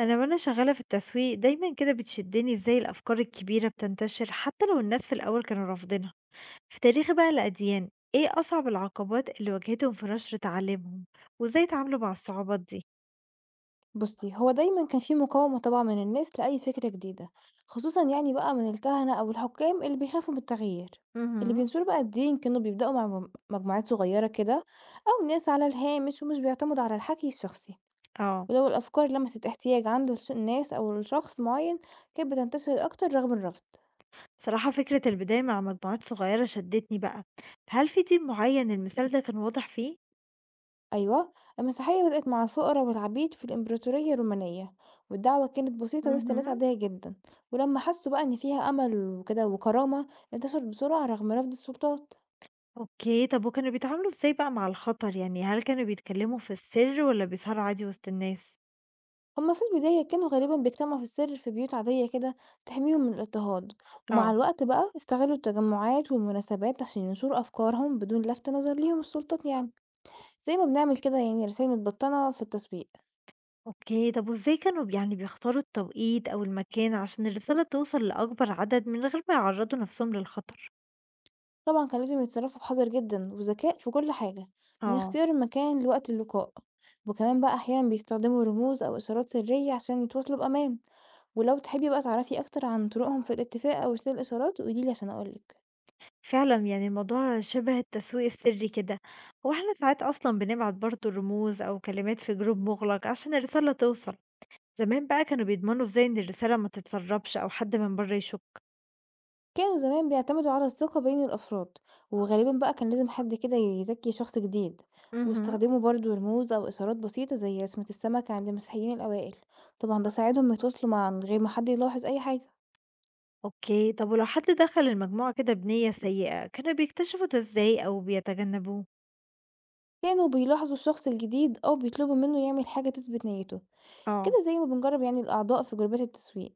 أنا شغالة في التسويق دايما كده بتشدني ازاي الأفكار الكبيرة بتنتشر حتى لو الناس في الأول كانوا رافضينها في تاريخ بقى الأديان، ايه أصعب العقبات اللي واجهتهم في نشر تعاليمهم وازاي اتعاملوا مع الصعوبات دي؟ بُصّي، هو دايمًا كان في مقاومة طبعًا من الناس لأي فكرة جديدة، خصوصًا يعني بقى من الكهنة أو الحكام اللي بيخافوا من التغيير. اللي مهم. بينصروا بقى الدين كانوا بيبدأوا مع مجموعات صغيرة كده أو ناس على الهامش ومش بيعتمدوا على الحكي الشخصي، اه، ولو الأفكار لمست احتياج عند الناس أو لشخص معين كانت بتنتشر أكتر رغم الرفض. صراحة فكرة البداية مع مجموعات صغيرة شدتني بقى، هل في تيم معين المثال ده كان واضح فيه؟ أيوة، المسيحية بدأت مع الفقراء والعبيد في الإمبراطورية الرومانية، والدعوة كانت بسيطة وسط ناس مهم. عادية جدا. ولما حسوا بقى إن فيها أمل وكده وكرامة، انتشرت بسرعة رغم رفض السلطات. اوكي، طب وكانوا بيتعاملوا ازاي بقى مع الخطر، يعني هل كانوا بيتكلموا في السر ولا بيسهروا عادي وسط الناس؟ هما في البداية كانوا غالبا بيجتمعوا في السر في بيوت عادية كده تحميهم من الاضطهاد، ومع اه. الوقت بقى استغلوا التجمعات والمناسبات عشان ينشروا أفكارهم بدون لفت نظر ليهم السلطات يعني، زي ما بنعمل كده يعني رسائل متبطنة في التسويق. أوكي، طب وإزاي كانوا ب يعني بيختاروا التوقيت أو المكان عشان الرسالة توصل لأكبر عدد من غير ما يعرّضوا نَفْسهم للخطر؟ طبعًا كان لازم يتصرّفوا بحذر جدًا وذكاء في كل حاجة، من آه. اختيار المكان لوقت اللقاء، وكمان بقى أحيانًا بيستخدموا رموز أو إشارات سرية عشان يتواصلوا بأمان، ولو تحبي بقى تعرفي أكتر عن طرقهم في الاتفاق أو وسائل الإشارات قولي لي عشان أقول لِك. فعلًا يعني الموضوع شبه التسويق السري كده، هو إحنا ساعات أصلًا بنبعت برضه رموز أو كلمات في جروب مُغلق عشان الرسالة توصل، زمان بقى كانوا بيضمنوا إزاي إن الرسالة ما تتسرّبش أو حد من برّه يشُك؟ كانوا زمان بيعتمدوا على الثقة بين الأفراد، وغالبًا بقى كان لازم حد كده يذكّي شخص جديد، اهم. واستخدموا برضه رموز أو إشارات بسيطة زي رسمة السمكة عند المسيحيين الأوائل، طبعًا ده ساعدهم يتواصلوا مع من غير ما حد يلاحظ أي حاجة. أوكي، طب ولو حد دخل المجموعة كده بنيّة سيئة، كانوا بيكتشفوا ده إزاي أو بيتجنّبوه؟ كانوا بيلاحظوا الشخص الجديد أو بيطلبوا منه يعمل حاجة تثبت نيته، كده آه. زي ما بنجرب يعني الأعضاء في جروبات التسويق،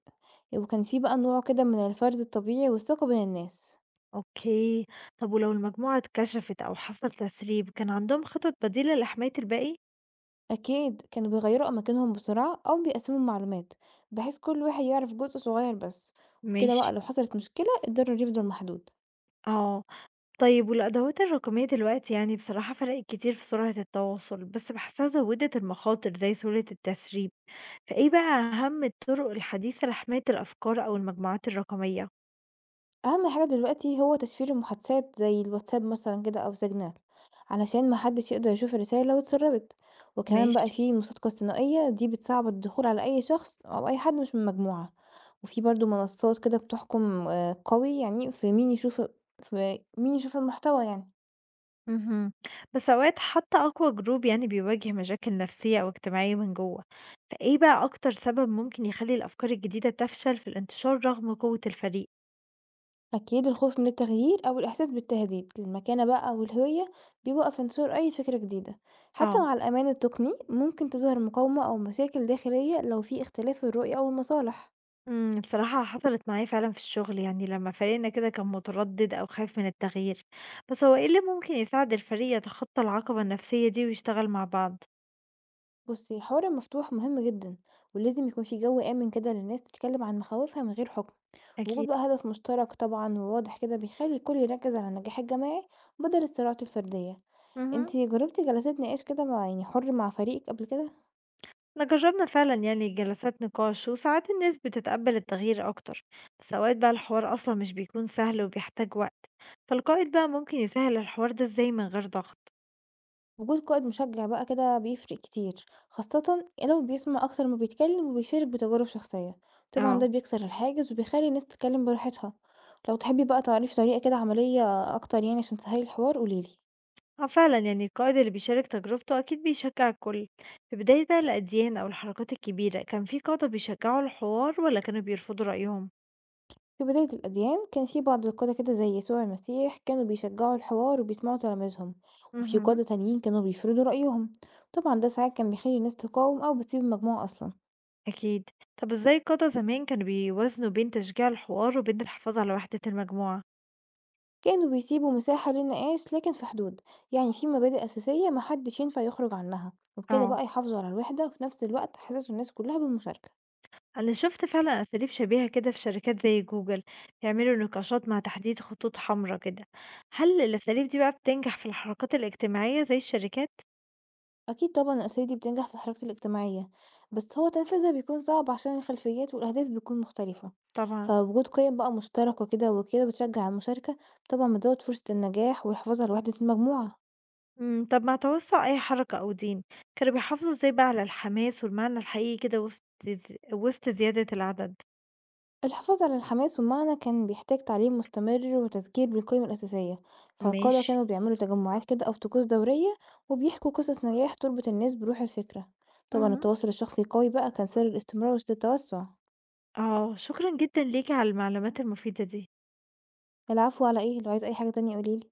وكان في بقى نوع كده من الفرز الطبيعي والثقة بين الناس. أوكي، طب ولو المجموعة اتكشفت أو حصل تسريب، كان عندهم خطط بديلة لحماية الباقي؟ أكيد كانوا بيغيروا أماكنهم بسرعة أو بيقسموا المعلومات بحيث كل واحد يعرف جزء صغير بس، وبكده بقى ماشي. لو حصلت مشكلة الضرر يفضل محدود. آه، طيب والأدوات الرقمية دلوقتي يعني بصراحة فرقت كتير في سرعة التواصل، بس بحسها زودت المخاطر زي سهولة التسريب، فإيه بقى أهم الطرق الحديثة لحماية الأفكار أو المجموعات الرقمية؟ أهم حاجة دلوقتي هو تشفير المحادثات زي الواتساب مثلًا كده أو سيجنال، علشان ما حدش يقدر يشوف الرسايل لو اتسربت، وكمان بقى ماشي. في المصادقة الثنائية دي بتصعب الدخول على أي شخص أو أي حد مش من مجموعة، وفي برضه منصات كده بتحكم قوي يعني في مين يشوف المحتوى يعني. اهم. بس أوقات حتى أقوى جروب يعني بيواجه مشاكل نفسية أو اجتماعية من جوه، فإيه بقى أكتر سبب ممكن يخلي الأفكار الجديدة تفشل في الانتشار رغم قوة الفريق؟ أكيد الخوف من التغيير أو الإحساس بالتهديد للمكانة بقى والهوية بيوقف انتشار أي فكرة جديدة، حتى اه. مع الأمان التقني ممكن تظهر مقاومة أو مشاكل داخلية لو في اختلاف الرؤية أو المصالح. بصراحة حصلت معايا فعلا في الشغل، يعني لما فريقنا كده كان متردد أو خايف من التغيير، بس هو إيه اللي ممكن يساعد الفريق يتخطى العقبة النفسية دي ويشتغل مع بعض؟ بُصي، الحوار المفتوح مهم جدًا، ولازم يكون في جو آمن كده للناس تتكلم عن مخاوفها من غير حكم، وجود أكيد. بقى هدف مشترك طبعًا وواضح كده بيخلي الكل يركز على النجاح الجماعي بدل الصراعات الفردية. مهم. أنتِ جربتِ جلسات نقاش كده مع يعني حر مع فريقِك قبل كده؟ احنا جربنا فعلا يعني جلسات نقاش، وساعات الناس بتتقبل التغيير أكتر، بس أوقات بقى الحوار أصلا مش بيكون سهل وبيحتاج وقت، فالقائد بقى ممكن يسهل الحوار ده ازاي من غير ضغط؟ وجود قائد مشجع بقى كده بيفرق كتير، خاصةً لو بيسمع أكتر ما بيتكلم وبيشارك بتجارب شخصية، طبعًا ده اه. بيكسر الحاجز وبيخلي الناس تتكلم براحتها. لو تحبي بقى تعرفي طريقة كده عملية أكتر يعني عشان تسهلي الحوار قولي لي. اه، فعلا يعني القائد اللي بيشارك تجربته أكيد بيشجع الكل. في بداية بقى الأديان أو الحركات الكبيرة كان في قادة بيشجعوا الحوار ولا كانوا بيرفضوا رأيهم؟ في بداية الأديان كان في بعض القادة كده زي يسوع المسيح كانوا بيشجعوا الحوار وبيسمعوا تلاميذهم، وفي مهم. قادة تانيين كانوا بيفرضوا رأيهم، طبعا ده ساعات كان بيخلي الناس تقاوم أو بتسيب المجموعة أصلا. أكيد. طب ازاي القادة زمان كانوا بيوازنوا بين تشجيع الحوار وبين الحفاظ على وحدة المجموعة؟ كانوا بيسيبوا مساحة للنقاش لكن في حدود، يعني في مبادئ أساسية محدش ينفع يخرج عنها، وبكده اه. بقى يحافظوا على الوحدة وفي نفس الوقت حسسوا الناس كلها بالمشاركة. أنا شُفت فعلًا أساليب شبيهة كده في شركات زي جوجل، بيعملوا نقاشات مع تحديد خطوط حمرا كده، هل الأساليب دي بقى بتنجح في الحركات الاجتماعية زي الشركات؟ أكيد طبعًا الأساليب دي بتنجح في الحركات الاجتماعية، بس هو تنفيذها بيكون صعب عشان الخلفيات والأهداف بتكون مختلفة، طبعًا. فوجود قيم بقى مشتركة كده وكده بتشجع على المشاركة، طبعًا بتزود فرصة النجاح والحفاظ على وحدة المجموعة. طب مع توسُّع أي حركة أو دين، كانوا بيحافظوا إزاي بقى على الحماس والمعنى الحقيقي كده وسط زيادة العدد؟ الحفاظ على الحماس والمعنى كان بيحتاج تعليم مستمر وتذكير بالقيم الأساسية، فالقادة ماشي. كانوا بيعملوا تجمعات كده أو طقوس دورية وبيحكوا قصص نجاح تربط الناس بروح الفكرة. طبعًا اهم، التواصل الشخصي القوي بقى كان سر الاستمرار وسط التوسع. آه، شكرًا جدًا ليكِ على المعلومات المفيدة دي. العفو على إيه؟ لو عايز أي حاجة تانية قوليلي.